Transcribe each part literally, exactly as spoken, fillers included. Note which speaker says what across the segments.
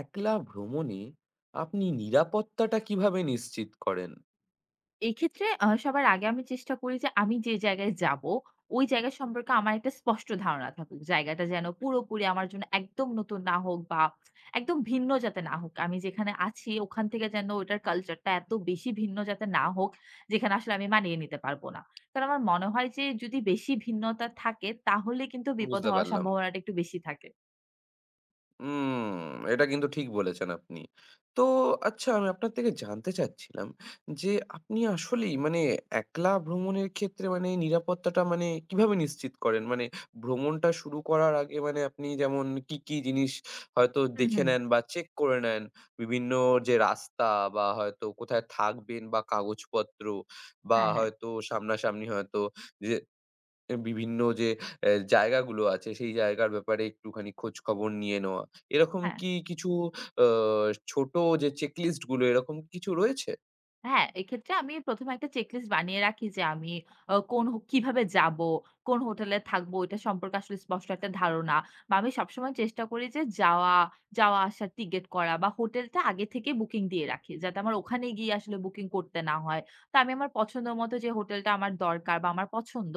Speaker 1: একলা ভ্রমণে আপনি নিরাপত্তাটা কিভাবে নিশ্চিত করেন?
Speaker 2: এক্ষেত্রে আ সবার আগে আমি চেষ্টা করি যে আমি যে জায়গায় যাবো, ওই জায়গা সম্পর্কে আমার একটা স্পষ্ট ধারণা থাকুক। জায়গাটা যেন পুরোপুরি আমার জন্য একদম নতুন না হোক বা একদম ভিন্ন যাতে না হোক। আমি যেখানে আছি ওখান থেকে যেন ওটার কালচারটা এত বেশি ভিন্ন যাতে না হোক, যেখানে আসলে আমি মানিয়ে নিতে পারবো না। কারণ আমার মনে হয় যে যদি বেশি ভিন্নতা থাকে, তাহলে কিন্তু বিপদ
Speaker 1: বুঝতে
Speaker 2: হওয়ার
Speaker 1: পারলাম।
Speaker 2: সম্ভাবনাটা একটু বেশি থাকে।
Speaker 1: হুম, এটা কিন্তু ঠিক বলেছেন আপনি। তো আচ্ছা আমি আপনার থেকে জানতে চাচ্ছিলাম যে আপনি আসলেই মানে একলা ভ্রমণের ক্ষেত্রে মানে নিরাপত্তাটা মানে কিভাবে নিশ্চিত করেন? মানে ভ্রমণটা শুরু করার আগে মানে আপনি যেমন কি, কি জিনিস হয়তো
Speaker 2: হুম,
Speaker 1: দেখে
Speaker 2: হুম।
Speaker 1: নেন বা চেক করে নেন বিভিন্ন যে রাস্তা বা হয়তো কোথায় থাকবেন বা কাগজপত্র বা
Speaker 2: হ্যাঁ, হ্যাঁ।
Speaker 1: হয়তো সামনাসামনি হয়তো যে এ বিভিন্ন যে অ্যা জায়গাগুলো আছে সেই জায়গার ব্যাপারে একটুখানি খোঁজখবর নিয়ে নেওয়া। এরকম
Speaker 2: হ্যাঁ।
Speaker 1: কি কিছু আ ছোট যে চেকলিস্ট গুলো এরকম কিছু রয়েছে?
Speaker 2: হ্যাঁ, এক্ষেত্রে আমি ১ম এ একটা চেকলিস্ট বানিয়ে রাখি যে আমি আ কোন হো- কিভাবে যাব, কোন হোটেলে থাকবো, এটা সম্পর্কে আসলে স্পষ্ট একটা ধারণা। বা আমি সবসময় চেষ্টা করি যে যাওয়া, যাওয়া আসার টিকেট করা বা হোটেলটা আগে থেকে বুকিং দিয়ে রাখি, যাতে আমার ওখানে গিয়ে আসলে বুকিং করতে না হয়। তো আমি আমার পছন্দ মতো যে হোটেলটা আমার দরকার বা আমার পছন্দ,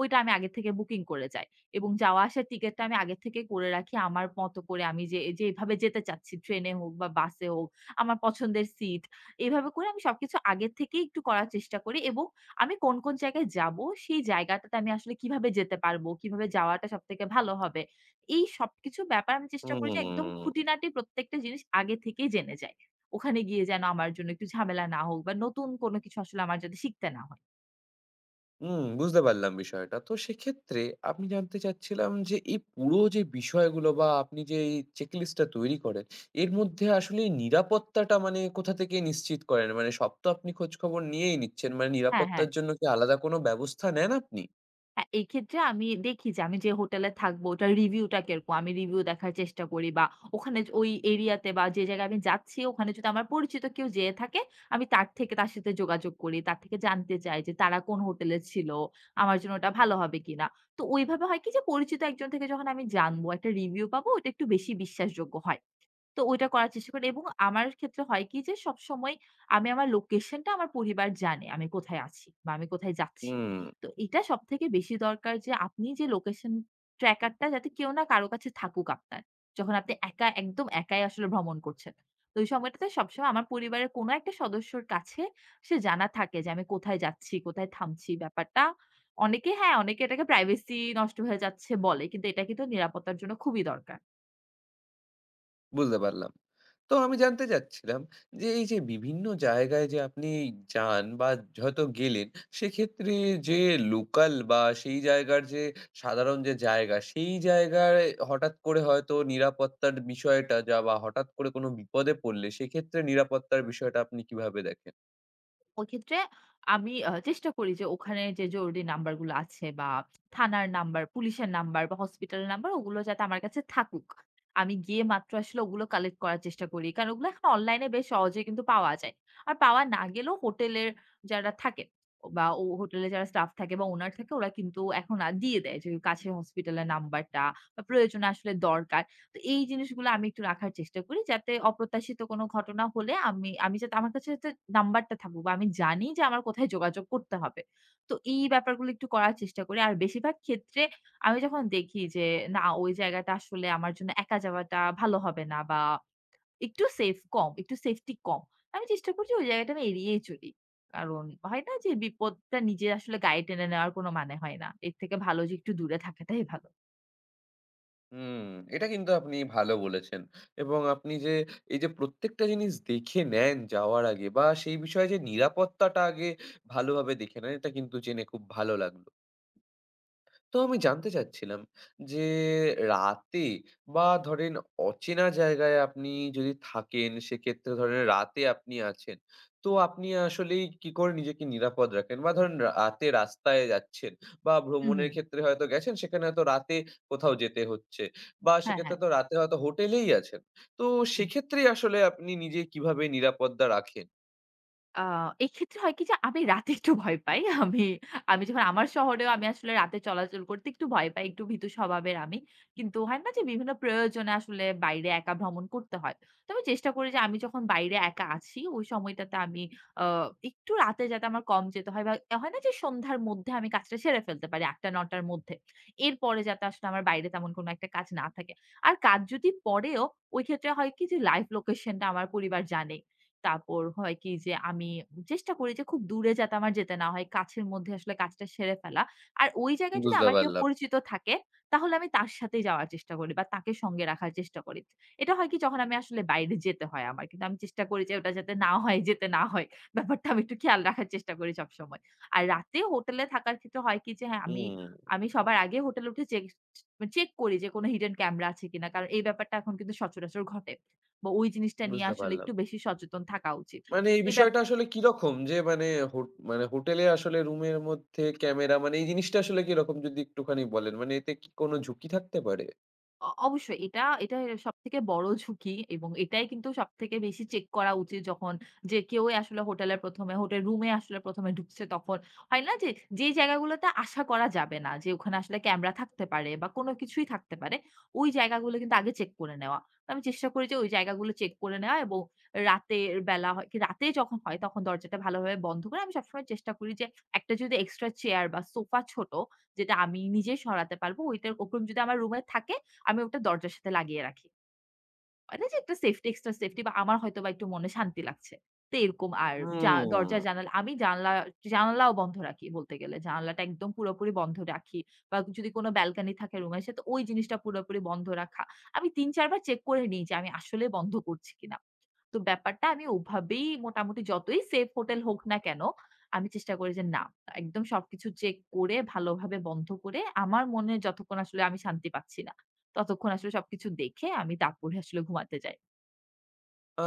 Speaker 2: ওইটা আমি আগে থেকে বুকিং করে যাই। এবং যাওয়া আসার টিকেটটা আমি আগে থেকে করে রাখি আমার মতো করে, আমি যে যেভাবে যেতে চাচ্ছি, ট্রেনে হোক বা বাসে হোক। আমার পছন্দের সিট, এভাবে করে আমি সবকিছু আগের থেকেই একটু করার চেষ্টা করি। এবং আমি কোন, কোন জায়গায় যাবো, সেই জায়গাটাতে আমি আসলে কিভাবে যেতে পারবো, কিভাবে যাওয়াটা সবথেকে ভালো হবে, এই সবকিছু ব্যাপার আমি চেষ্টা করি যে একদম
Speaker 1: হুম,
Speaker 2: খুঁটিনাটি প্রত্যেকটা জিনিস আগে থেকেই জেনে যাই। ওখানে গিয়ে যেন আমার জন্য একটু ঝামেলা না হোক বা নতুন কোনো কিছু আসলে আমার যাতে শিখতে না হয়।
Speaker 1: হুম, বুঝতে পারলাম বিষয়টা। তো সেক্ষেত্রে আমি জানতে চাচ্ছিলাম যে এই পুরো যে বিষয়গুলো বা আপনি যে এই চেকলিস্টটা তৈরি করেন, এর মধ্যে আসলে নিরাপত্তাটা মানে কোথা থেকে নিশ্চিত করেন? মানে সব তো আপনি খোঁজখবর নিয়েই নিচ্ছেন। মানে
Speaker 2: হ্যাঁ, হ্যাঁ।
Speaker 1: নিরাপত্তার জন্য কি আলাদা কোনো ব্যবস্থা নেন আপনি?
Speaker 2: হ্যাঁ, এই ক্ষেত্রে আমি দেখি যে আমি যে হোটেলে থাকবো, ওটার রিভিউটা কিরকম। আমি রিভিউ দেখার চেষ্টা করি, বা ওখানে য- ওই এরিয়াতে বা যে জায়গায় আমি যাচ্ছি ওখানে যদি আমার পরিচিত কেউ যেয়ে থাকে, আমি তার থেকে, তার সাথে যোগাযোগ করি। তার থেকে জানতে চাই যে তারা কোন হোটেলে ছিল, আমার জন্য ওটা ভালো হবে কিনা। তো ওইভাবে হয় কি যে পরিচিত একজন থেকে যখন আমি জানবো, একটা রিভিউ পাবো, ওটা একটু বেশি বিশ্বাসযোগ্য হয়। তো ওইটা করার চেষ্টা করি এবং আমার ক্ষেত্রে হয় কি যে সবসময় আমি আমার লোকেশনটা আমার পরিবার জানে, আমি কোথায় আছি বা আমি কোথায় যাচ্ছি।
Speaker 1: হুম।
Speaker 2: তো এটা সবথেকে বেশি দরকার যে আপনি যে লোকেশন ট্র্যাকারটা যাতে কেউ না কারো কাছে থাকুক আপনার, যখন আপনি একা, একদম একাই আসলে ভ্রমণ করছেন। তো ওই সময়টাতে সবসময় আমার পরিবারের কোনো একটা সদস্যর কাছে সে জানা থাকে যে আমি কোথায় যাচ্ছি, কোথায় থামছি, ব্যাপারটা অনেকে হ্যাঁ, অনেকে এটাকে প্রাইভেসি নষ্ট হয়ে যাচ্ছে বলে। কিন্তু এটা কিন্তু নিরাপত্তার জন্য খুবই দরকার।
Speaker 1: বুঝতে পারলাম। তো আমি জানতে চাচ্ছিলাম যে, এই যে বিভিন্ন জায়গায় যে আপনি যান বা হয়তো গেলেন, সেক্ষেত্রে যে লোকাল বা সেই জায়গার যে সাধারণ যে জায়গা, সেই জায়গায় হঠাৎ করে হয়তো নিরাপত্তার বিষয়টা যা বা হঠাৎ করে কোনো বিপদে পড়লে, সেক্ষেত্রে নিরাপত্তার বিষয়টা আপনি কিভাবে দেখেন?
Speaker 2: ওই ক্ষেত্রে আমি আ চেষ্টা করি যে ওখানে যে জরুরি নাম্বারগুলো আছে, বা থানার নাম্বার, পুলিশের নাম্বার বা হসপিটালের নাম্বার, ওগুলো যাতে আমার কাছে থাকুক। আমি গিয়ে মাত্র আসলে ওগুলো কালেক্ট করার চেষ্টা করি। কারণ ওগুলো এখন অনলাইনে বেশ সহজেই কিন্তু পাওয়া যায়। আর পাওয়া না গেলেও হোটেলের যারা থাকে, বা ও হোটেলে যারা স্টাফ থাকে বা ওনার থাকে, ওরা কিন্তু এখন আর দিয়ে দেয় যে কাছের হসপিটালের নাম্বারটা বা প্রয়োজনে আসলে দরকার। তো এই জিনিসগুলো আমি একটু রাখার চেষ্টা করি, যাতে অপ্রত্যাশিত কোনো ঘটনা হলে আমি আমি যাতে আমার কাছে যাতে নাম্বারটা থাকুক, বা আমি জানি যে আমার কোথায় যোগাযোগ করতে হবে। তো এই ব্যাপারগুলো একটু করার চেষ্টা করি। আর বেশিরভাগ ক্ষেত্রে আমি যখন দেখি যে না, ওই জায়গাটা আসলে আমার জন্য একা যাওয়াটা ভালো হবে না, বা একটু সেফ কম, একটু সেফটি কম, আমি চেষ্টা করছি ওই জায়গাটা আমি এড়িয়েই চলি। কারণ হয় না যে বিপদটা নিজে আসলে গায়ে টেনে নেওয়ার কোনো মানে হয় না। এর থেকে ভালো যে একটু দূরে থাকাটাই ভালো।
Speaker 1: হুম, এটা কিন্তু আপনি ভালো বলেছেন এবং আপনি যে এই যে প্রত্যেকটা জিনিস দেখে নেন যাওয়ার আগে বা সেই বিষয়ে যে নিরাপত্তাটা আগে ভালোভাবে দেখে নেন এটা কিন্তু জেনে খুব ভালো লাগলো। তো আমি জানতে চাচ্ছিলাম যে রাতে বা ধরেন অচেনা জায়গায় আপনি যদি থাকেন সেক্ষেত্রে ধরেন রাতে আপনি আছেন। তো আপনি আসলেই কি করে নিজেকে নিরাপদ রাখেন? বা ধরেন রাতে রাস্তায় যাচ্ছেন বা
Speaker 2: হুম,
Speaker 1: ভ্রমণের
Speaker 2: হুম।
Speaker 1: ক্ষেত্রে হয়তো গেছেন সেখানে হয়তো রাতে কোথাও যেতে হচ্ছে বা
Speaker 2: হ্যাঁ,
Speaker 1: সেক্ষেত্রে
Speaker 2: হ্যাঁ।
Speaker 1: তো রাতে হয়তো হোটেলেই আছেন। তো সেক্ষেত্রে আসলে আপনি নিজে কিভাবে নিরাপত্তা রাখেন?
Speaker 2: আ এক্ষেত্রে হয় কি যে আমি রাতে একটু ভয় পাই। আমি আমি যখন আমার শহরেও আমি আসলে রাতে চলাচল করতে একটু ভয় পাই। একটু ভীতু স্বভাবের আমি। কিন্তু হয় না যে বিভিন্ন প্রয়োজনে আসলে বাইরে একা ভ্রমণ করতে হয়। তো আমি চেষ্টা করি যে আমি যখন বাইরে একা আছি, ওই সময়টাতে আমি আ একটু রাতে যাতে আমার কম যেতে হয়, বা হয় না যে সন্ধ্যার মধ্যে আমি কাজটা সেরে ফেলতে পারি ৮ঃ০০-৯ঃ শূন্য শূন্য র মধ্যে। এরপরে যাতে আসলে আমার বাইরে তেমন কোনো একটা কাজ না থাকে। আর কাজ যদি পড়েও, ওই ক্ষেত্রে হয় কি যে লাইভ লোকেশন টা আমার পরিবার জানে। তারপর হয় কি যে আমি চেষ্টা করি যে খুব দূরে যাতে আমার যেতে না হয়। কাছের মধ্যে আসলে কাজটা সেরে ফেলা। আর ওই জায়গায় যদি
Speaker 1: বুঝতে
Speaker 2: আমার কেউ
Speaker 1: পারলাম।
Speaker 2: পরিচিত থাকে, তাহলে আমি তার সাথেই যাওয়ার চেষ্টা করি, বা তাকে সঙ্গে রাখার চেষ্টা করি। এটা হয় কি যখন আমি আসলে বাইরে যেতে হয় আমার। কিন্তু আমি চেষ্টা করি যে ওটা যাতে না হয়, যেতে না হয়। ব্যাপারটা আমি একটু খেয়াল রাখার চেষ্টা করি সবসময়। আর রাতে হোটেলে থাকার ক্ষেত্রে হয় কি যে হ্যাঁ, আমি
Speaker 1: হুম,
Speaker 2: আমি সবার আগে হোটেলে উঠে চেক চেক করি যে কোনো হিডেন ক্যামেরা আছে কিনা। কারণ এই ব্যাপারটা এখন কিন্তু সচরাচর ঘটে। বা ওই জিনিসটা নিয়ে
Speaker 1: বুঝতে
Speaker 2: আসলে
Speaker 1: পারলাম।
Speaker 2: একটু বেশি সচেতন থাকা উচিত।
Speaker 1: মানে এই
Speaker 2: এই
Speaker 1: বিষয়টা
Speaker 2: ব্যাপার
Speaker 1: আসলে কিরকম? যে মানে হোট মানে হোটেলে আসলে রুমের মধ্যে ক্যামেরা মানে এই জিনিসটা আসলে কিরকম যদি একটুখানি বলেন? মানে এতে কি কোনো ঝুঁকি থাকতে পারে?
Speaker 2: অ অবশ্যই এটা এটা সবথেকে বড় ঝুঁকি এবং এটাই কিন্তু সবথেকে বেশি চেক করা উচিত যখন, যে কেউই আসলে হোটেলে ১ম এ, হোটেল রুমে আসলে ১ম এ ঢুকছে তখন, হয় না যে, যে, জায়গাগুলোতে আশা করা যাবে না যে ওখানে আসলে ক্যামেরা থাকতে পারে বা কোনো কিছুই থাকতে পারে, ওই জায়গাগুলো কিন্তু আগে চেক করে নেওয়া। তো আমি চেষ্টা করি যে ওই জায়গাগুলো চেক করে নেওয়া, এবং রাতের বেলা হয় কি, রাতে যখন হয় তখন দরজাটা ভালোভাবে বন্ধ করে আমি সবসময় চেষ্টা করি যে একটা যদি এক্সট্রা চেয়ার বা সোফা ছোট, যেটা আমি নিজে সরাতে পারবো, ওইটার উপর যদি আমার রুমে থাকে, আমি ওটা দরজার সাথে লাগিয়ে রাখি। হয় না যে একটা সেফটি, এক্সট্রা সেফটি, বা আমার হয়তোবা একটু মনে শান্তি লাগছে। তো এরকম আর জা দরজা,
Speaker 1: হুম।
Speaker 2: জানালা, আমি জানলা জানালাও বন্ধ রাখি বলতে গেলে। জানালাটা একদম পুরোপুরি বন্ধ রাখি, বা যদি কোনো ব্যালকনি থাকে রুমের সাথে, ওই জিনিসটা পুরোপুরি বন্ধ রাখা। আমি তিন চার বার চেক করে নিই যে আমি আসলে বন্ধ করছি কিনা। তো ব্যাপারটা আমি ওভাবেই, মোটামুটি যতই সেফ হোটেল হোক না কেন, আমি চেষ্টা করি যে না, একদম সবকিছু চেক করে ভালোভাবে বন্ধ করে, আমার মনে যতক্ষণ আসলে আমি শান্তি পাচ্ছি না, ততক্ষণ আসলে সবকিছু দেখে আমি তারপরে আসলে ঘুমাতে যাই।
Speaker 1: আ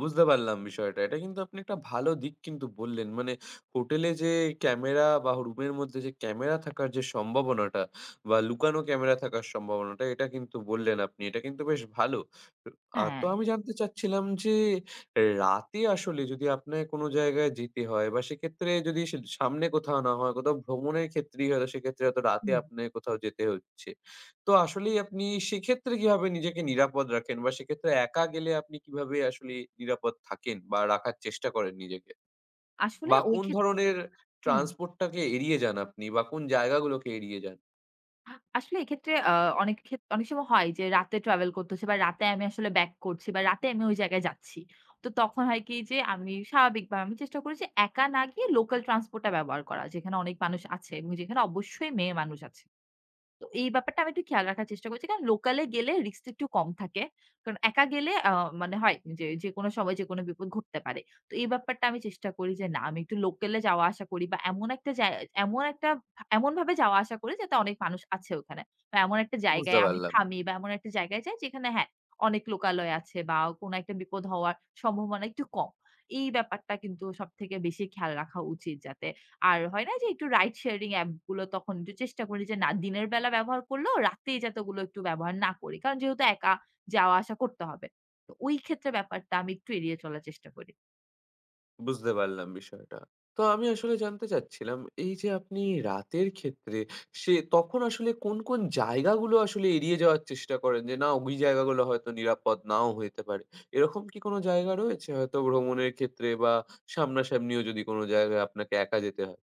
Speaker 1: বুঝতে পারলাম বিষয়টা। এটা কিন্তু আপনি একটা ভালো দিক কিন্তু বললেন। মানে হোটেলে যে ক্যামেরা বা রুমের মধ্যে যে ক্যামেরা থাকার যে সম্ভাবনাটা বা লুকানো ক্যামেরা থাকার সম্ভাবনাটা এটা কিন্তু বললেন আপনি। এটা কিন্তু বেশ ভালো। আ তো
Speaker 2: হ্যাঁ,
Speaker 1: আমি জানতে চাচ্ছিলাম যে রাতে আসলে যদি আপনাকে কোনো জায়গায় যেতে হয় বা সেক্ষেত্রে যদি সে সামনে কোথাও না হয়, কোথাও ভ্রমণের ক্ষেত্রেই হয়তো সেক্ষেত্রে হয়তো রাতে
Speaker 2: হুম।
Speaker 1: আপনাকে কোথাও যেতে হচ্ছে। তো আসলেই আপনি সেক্ষেত্রে কিভাবে নিজেকে নিরাপদ রাখেন? বা সেক্ষেত্রে একা গেলে আপনি কিভাবে আসলে নিরাপদ থাকেন বা রাখার চেষ্টা করেন নিজেকে?
Speaker 2: আসলে
Speaker 1: বা
Speaker 2: ওই
Speaker 1: কোন
Speaker 2: ক্ষেত
Speaker 1: ধরনের
Speaker 2: হুম।
Speaker 1: ট্রান্সপোর্ট টাকে এড়িয়ে যান আপনি বা কোন জায়গাগুলোকে এড়িয়ে যান?
Speaker 2: আসলে এক্ষেত্রে আ অনেক ক্ষেত অনেক সময় হয় যে রাতে ট্রাভেল করতে হচ্ছে, বা রাতে আমি আসলে ব্যাক করছি, বা রাতে আমি ওই জায়গায় যাচ্ছি। তো তখন হয় কি যে আমি স্বাভাবিকভাবে আমি চেষ্টা করি যে একা না গিয়ে লোকাল ট্রান্সপোর্ট টা ব্যবহার করা, যেখানে অনেক মানুষ আছে এবং যেখানে অবশ্যই মেয়ে মানুষ আছে। তো এই ব্যাপারটা আমি একটু খেয়াল রাখার চেষ্টা করছি। কারণ লোকালে গেলে রিস্কটা একটু কম থাকে। কারণ একা গেলে আ মানে হয় যে, যেকোনো সময় যেকোনো বিপদ ঘটতে পারে। তো এই ব্যাপারটা আমি চেষ্টা করি যে, না, আমি একটু লোকালে যাওয়া আসা করি, বা এমন একটা জায় এমন একটা ভা এমনভাবে যাওয়া আসা করি যাতে অনেক মানুষ আছে ওখানে। বা এমন একটা
Speaker 1: বুঝতে
Speaker 2: জায়গায় আমি
Speaker 1: পারলাম।
Speaker 2: থামি, বা এমন একটা জায়গায় যাই যেখানে হ্যাঁ, অনেক লোকালয় আছে, বা কোনো একটা বিপদ হওয়ার সম্ভাবনা একটু কম। এই ব্যাপারটা কিন্তু সবথেকে বেশি খেয়াল রাখা উচিত যাতে। আর হয় না যে একটু রাইড শেয়ারিং অ্যাপ গুলো, তখন একটু চেষ্টা করি যে না দিনের বেলা ব্যবহার করলেও রাতে যাতে ওগুলো একটু ব্যবহার না করি। কারণ যেহেতু একা যাওয়া আসা করতে হবে। তো ওই ক্ষেত্রে ব্যাপারটা আমি একটু এড়িয়ে চলার চেষ্টা করি।
Speaker 1: বুঝতে পারলাম বিষয়টা। তো আমি আসলে জানতে চাচ্ছিলাম এই যে আপনি রাতের ক্ষেত্রে সে তখন আসলে কোন, কোন জায়গাগুলো আসলে এড়িয়ে যাওয়ার চেষ্টা করেন যে না ওই জায়গাগুলো হয়তো নিরাপদ নাও হইতে পারে। এরকম কি কোন জায়গা রয়েছে হয়তো ভ্রমণের ক্ষেত্রে বা সামনাসামনিও যদি কোন জায়গায় আপনাকে একা যেতে হয়?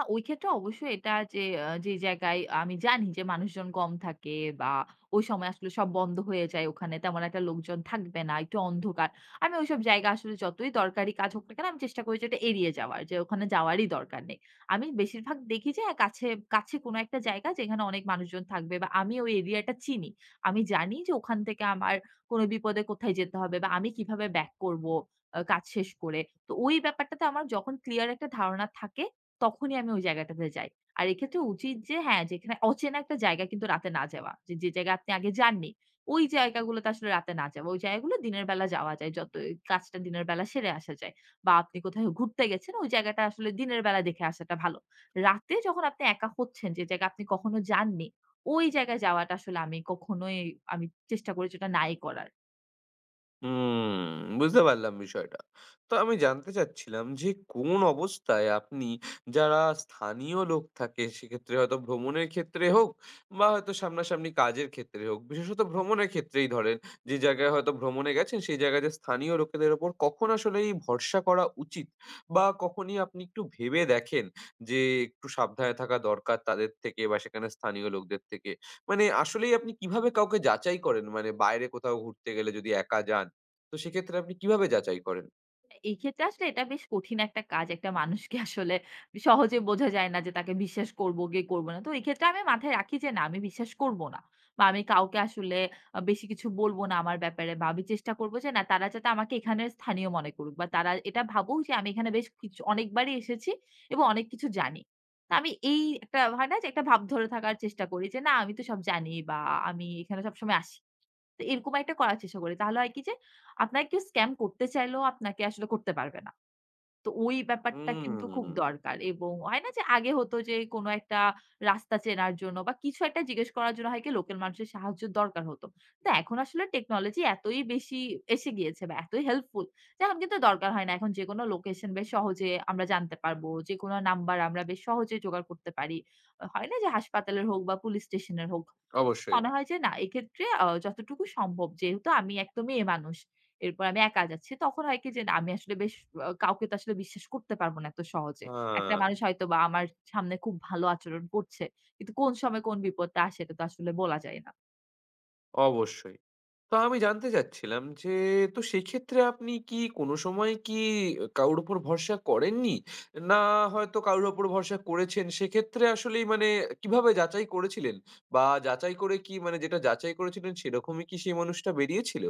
Speaker 2: আ ওই ক্ষেত্রে অবশ্যই এটা যে আ যে জায়গায় আমি জানি যে মানুষজন কম থাকে, বা ওই সময় আসলে সব বন্ধ হয়ে যায়, ওখানে তেমন একটা লোকজন থাকবে না, একটু অন্ধকার, আমি ওইসব জায়গা আসলে যতই দরকারি কাজ হোক না কেন, আমি চেষ্টা করি যে এটা এড়িয়ে যাওয়ার, যে ওখানে যাওয়ারই দরকার নেই। আমি বেশিরভাগ দেখি যে হ্যাঁ, কাছে কাছে কোনো একটা জায়গা যেখানে অনেক মানুষজন থাকবে, বা আমি ওই এরিয়াটা চিনি। আমি জানি যে ওখান থেকে আমার কোনো বিপদে কোথায় যেতে হবে, বা আমি কিভাবে ব্যাক করব আ কাজ শেষ করে। তো ওই ব্যাপারটাতে আমার যখন ক্লিয়ার একটা ধারণা থাকে, তখনই আমি ওই জায়গাটাতে যাই। আর এক্ষেত্রে উচিত যে হ্যাঁ, যেখানে অচেনা একটা জায়গায় কিন্তু রাতে না যাওয়া। যে, যে জায়গায় আপনি আগে যাননি, ওই জায়গাগুলোতে আসলে রাতে না যাওয়া। ওই জায়গাগুলো দিনের বেলা যাওয়া যায়। যত এই কাজটা দিনের বেলা সেরে আসা যায়। বা আপনি কোথাও ঘুরতে গেছেন, ওই জায়গাটা আসলে দিনের বেলা দেখে আসাটা ভালো। রাতে যখন আপনি একা হচ্ছেন, যে জায়গায় আপনি কখনো যাননি, ওই জায়গায় যাওয়াটা আসলে আমি কখনোই, আমি চেষ্টা করি যেটা নাই করার।
Speaker 1: হুম, বুঝতে পারলাম বিষয়টা। তো আমি জানতে চাচ্ছিলাম যে কোন অবস্থায় আপনি যারা স্থানীয় লোক থাকে সেক্ষেত্রে হয়তো ভ্রমণের ক্ষেত্রে হোক বা হয়তো সামনাসামনি কাজের ক্ষেত্রে হোক, বিশেষত ভ্রমণের ক্ষেত্রেই ধরেন যে জায়গায় হয়তো ভ্রমণে গেছেন সেই জায়গায় যে স্থানীয় লোকেদের ওপর কখন আসলেই ভরসা করা উচিত বা কখনই আপনি একটু ভেবে দেখেন যে একটু সাবধানে থাকা দরকার তাদের থেকে বা সেখানে স্থানীয় লোকদের থেকে? মানে আসলেই আপনি কিভাবে কাউকে যাচাই করেন? মানে বাইরে কোথাও ঘুরতে গেলে যদি একা যান তো সেক্ষেত্রে আপনি কিভাবে যাচাই করেন?
Speaker 2: এই ক্ষেত্রে আসলে এটা বেশ কঠিন একটা কাজ। একটা মানুষকে আসলে সহজে বোঝা যায় না যে তাকে বিশ্বাস করব কি করব না। তো এই ক্ষেত্রে আমি মাথায় রাখি যে না, আমি বিশ্বাস করব না। বা আমি কাউকে আসলে আ বেশি কিছু বলব না আমার ব্যাপারে, বা আমি চেষ্টা করব যে না, তারা যাতে আমাকে এখানের স্থানীয় মনে করুক, বা তারা এটা ভাবুক যে আমি এখানে বেশ কিছু অনেকবারই এসেছি এবং অনেক কিছু জানি। তো আমি এই একটা হয় না যে একটা ভাব ধরে থাকার চেষ্টা করি যে না, আমি তো সব জানি, বা আমি এখানে সবসময় আসি। তো এরকম একটা করার চেষ্টা করি। তাহলে হয় কি যে আপনাকে কেউ স্ক্যাম করতে চাইলেও আপনাকে আসলে করতে পারবে না। তো ওই ব্যাপারটা কিন্তু খুব
Speaker 1: হুম,
Speaker 2: দরকার, এবং হয় না যে আগে হতো যে কোনো একটা রাস্তা চেনার জন্য বা কিছু একটা জিজ্ঞেস করার জন্য হয় কি লোকাল মানুষের সাহায্য দরকার হতো। তো এখন আসলে টেকনোলজি এতই বেশি এসে গিয়েছে বা এতই হেল্পফুল যে এখন কিন্তু দরকার হয় না। এখন যেকোনো লোকেশন বেশ সহজে আমরা জানতে পারবো। যেকোনো নাম্বার আমরা বেশ সহজে জোগাড় করতে পারি। হয় না যে হাসপাতালের হোক বা পুলিশ স্টেশনের হোক।
Speaker 1: অবশ্যই।
Speaker 2: মনে হয় যে না এক্ষেত্রে আ যতটুকু সম্ভব যেহেতু আমি একদম মেয়ে মানুষ। এরপর আমি একা যাচ্ছি। তখন হয় কি যে না আমি আসলে বেশ আ কাউকে তো আসলে বিশ্বাস করতে পারব না এত সহজে। একটা
Speaker 1: হ্যাঁ,
Speaker 2: মানুষ হয়তোবা আমার সামনে খুব ভালো আচরণ করছে। কিন্তু কোন সময় কোন বিপদটা আসে এটা তো আসলে বলা যায় না।
Speaker 1: অবশ্যই। তো আমি জানতে চাচ্ছিলাম যে, তো সেক্ষেত্রে আপনি কি কোনো সময় কি কারোর উপর ভরসা করেননি? না হয়তো কারোর উপর ভরসা করেছেন, সেক্ষেত্রে আসলেই মানে কিভাবে যাচাই করেছিলেন? বা যাচাই করে কি মানে যেটা যাচাই করেছিলেন সেরকমই কি সেই মানুষটা বেরিয়েছিল?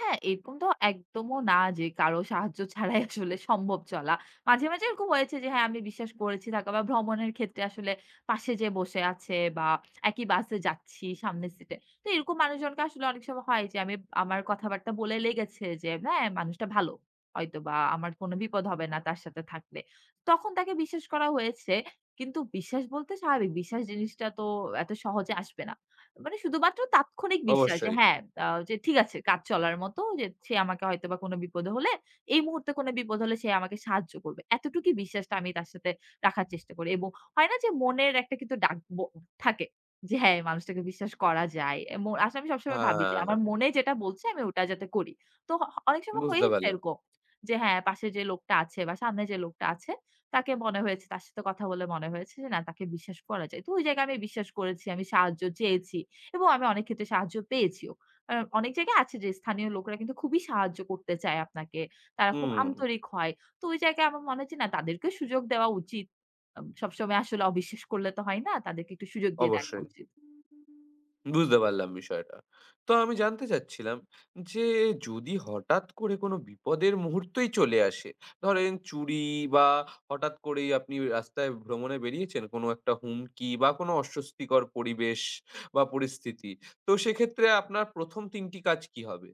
Speaker 2: হ্যাঁ, এরকম তো একদমও না যে কারো সাহায্য ছাড়াই আসলে সম্ভব চলা। মাঝে, মাঝে এরকম হয়েছে যে হ্যাঁ, আমি বিশ্বাস করেছি থাকা বা ভ্রমণের ক্ষেত্রে আসলে পাশে যে বসে আছে বা একই বাসে যাচ্ছি সামনের সিটে। তো এরকম মানুষজনকে আসলে অনেক সময় হয় যে আমি আমার কথাবার্তা বলে লেগেছে যে হ্যাঁ, মানুষটা ভালো। হয়তোবা আমার কোনো বিপদ হবে না তার সাথে থাকলে। তখন তাকে বিশ্বাস করা হয়েছে। কিন্তু বিশ্বাস বলতে স্বাভাবিক বিশ্বাস জিনিসটা তো এত সহজে আসবে না। মানে শুধুমাত্র তাৎক্ষণিক বিশ্বাস যে
Speaker 1: অবশ্যই।
Speaker 2: হ্যাঁ, আ যে ঠিক আছে কাজ চলার মতো, যে সে আমাকে হয়তোবা কোনো বিপদে হলে, এই মুহূর্তে কোনো বিপদ হলে সে আমাকে সাহায্য করবে। এতটুকুই বিশ্বাসটা আমি তার সাথে রাখার চেষ্টা করি এবং হয় না যে মনের একটা কিন্তু ডাক ব থাকে যে হ্যাঁ, এই মানুষটাকে বিশ্বাস করা যায়। এম আসলে আমি সবসময় ভাবি যে আমার
Speaker 1: হ্যাঁ,
Speaker 2: মনে যেটা বলছে আমি ওটা যাতে করি। তো হ অনেক সময়
Speaker 1: বুঝতে
Speaker 2: হয়েছে
Speaker 1: পারলাম।
Speaker 2: এরকম, যে হ্যাঁ, পাশে যে লোকটা আছে বা সামনে যে লোকটা আছে তাকে মনে হয়েছে, তার সাথে কথা বলে মনে হয়েছে যে না, তাকে বিশ্বাস করা যায়। তো ওই জায়গায় আমি বিশ্বাস করেছি, আমি সাহায্য চেয়েছি। এবং আমি অনেক ক্ষেত্রে সাহায্য পেয়েছিও। আ অনেক জায়গায় আছে যে স্থানীয় লোকেরা কিন্তু খুবই সাহায্য করতে চায় আপনাকে। তারা খুব
Speaker 1: হুম,
Speaker 2: আন্তরিক হয়। তো ওই জায়গায় আমার মনে হয় যে না, তাদেরকে সুযোগ দেওয়া উচিত। আম সবসময় আসলে অবিশ্বাস করলে তো হয় না। তাদেরকে একটু সুযোগ দিয়ে দেখা
Speaker 1: অবশ্যই।
Speaker 2: উচিত।
Speaker 1: বুঝতে পারলাম বিষয়টা। তো আমি জানতে চাচ্ছিলাম যে যদি হঠাৎ করে কোনো বিপদের মুহূর্তই চলে আসে, ধরেন চুরি বা হঠাৎ করেই আপনি রাস্তায় ভ্রমণে বেরিয়েছেন, কোনো একটা হুমকি বা কোনো অস্বস্তিকর পরিবেশ বা পরিস্থিতি। তো সেক্ষেত্রে আপনার প্রথম তিন টি কাজ কি হবে?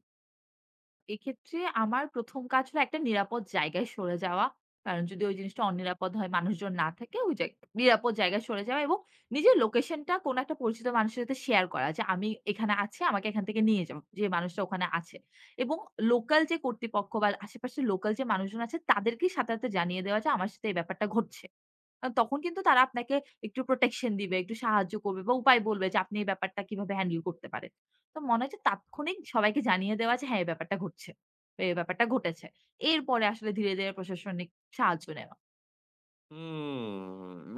Speaker 2: এক্ষেত্রে আমার প্রথম কাজ হলো একটা নিরাপদ জায়গায় সরে যাওয়া। কারণ যদি ওই জিনিসটা অনিরাপদ হয়, মানুষজন না থাকে, ওই জায় নিরাপদ জায়গায় সরে যাওয়া এবং নিজের লোকেশনটা কোনো একটা পরিচিত মানুষের সাথে শেয়ার করা যে, "আমি এখানে আছি, আমাকে এখান থেকে নিয়ে যাও।" যে মানুষটা ওখানে আছে। এবং লোকাল যে কর্তৃপক্ষ বা আশেপাশের লোকাল যে মানুষজন আছে, তাদেরকেই সাথে, সাথে জানিয়ে দেওয়া যে, "আমার সাথে এই ব্যাপারটা ঘটছে।" আ তখন কিন্তু তারা আপনাকে একটু প্রোটেকশন দিবে, একটু সাহায্য করবে বা উপায় বলবে যে আপনি এই ব্যাপারটা কিভাবে হ্যান্ডেল করতে পারেন। তো মনে হয় যে তাৎক্ষণিক সবাইকে জানিয়ে দেওয়া যে হ্যাঁ, এই ব্যাপারটা ঘটছে। বা এই ব্যাপারটা ঘটেছে। এরপরে আসলে ধীরে, ধীরে প্রশাসনিক সাহায্য নেওয়া।
Speaker 1: হুম,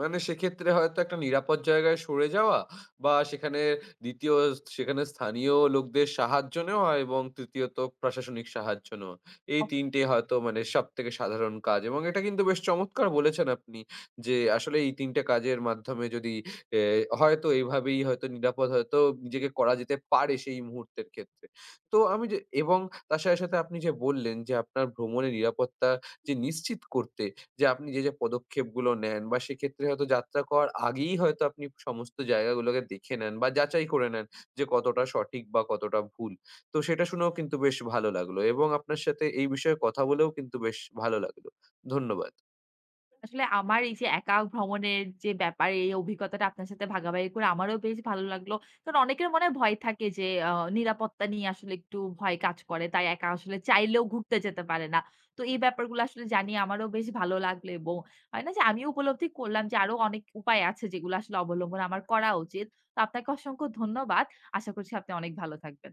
Speaker 1: মানে সেক্ষেত্রে হয়তো একটা নিরাপদ জায়গায় সরে যাওয়া বা সেখানে দ্বিতীয় সেখানে স্থানীয় লোকদের সাহায্য নেওয়া এবং তৃতীয়ত প্রশাসনিক সাহায্য নেওয়া। এই তিন টে হয়তো মানে সবথেকে সাধারণ কাজ এবং এটা কিন্তু বেশ চমৎকার বলেছেন আপনি যে আসলে এই তিন টে কাজের মাধ্যমে যদি এ হয়তো এভাবেই হয়তো নিরাপদ হয়তো নিজেকে করা যেতে পারে সেই মুহূর্তের ক্ষেত্রে। তো আমি যে এবং তার সাথে, সাথে আপনি যে বললেন যে আপনার ভ্রমণে নিরাপত্তা যে নিশ্চিত করতে যে আপনি যে, যে পদক্ষেপগুলো নেন বা সেক্ষেত্রে হয়তো যাত্রা করার আগেই হয়তো আপনি সমস্ত জায়গাগুলোকে দেখে নেন বা যাচাই করে নেন যে কতটা সঠিক বা কতটা ভুল। তো সেটা শুনেও কিন্তু বেশ ভালো লাগলো এবং আপনার সাথে এই বিষয়ে কথা বলেও কিন্তু বেশ ভালো লাগলো। ধন্যবাদ।
Speaker 2: আসলে আমার এই যে একা ভ্রমণের যে ব্যাপার, এই অভিজ্ঞতাটা আপনার সাথে ভাগাভাগি করে আমারও বেশ ভালো লাগলো। কারণ অনেকের মনে হয় ভয় থাকে যে, আ নিরাপত্তা নিয়ে আসলে একটু ভয় কাজ করে। তাই একা আসলে চাইলেও ঘুরতে যেতে পারে না। তো এই ব্যাপারগুলো আসলে জানিয়ে আমারও বেশ ভালো লাগলো এবং হয় না যে আমিও উপলব্ধি করলাম যে আরো অনেক উপায় আছে যেগুলো আসলে অবলম্বন আমার করা উচিত। তো আপনাকে অসংখ্য ধন্যবাদ। আশা করছি আপনি অনেক ভালো থাকবেন।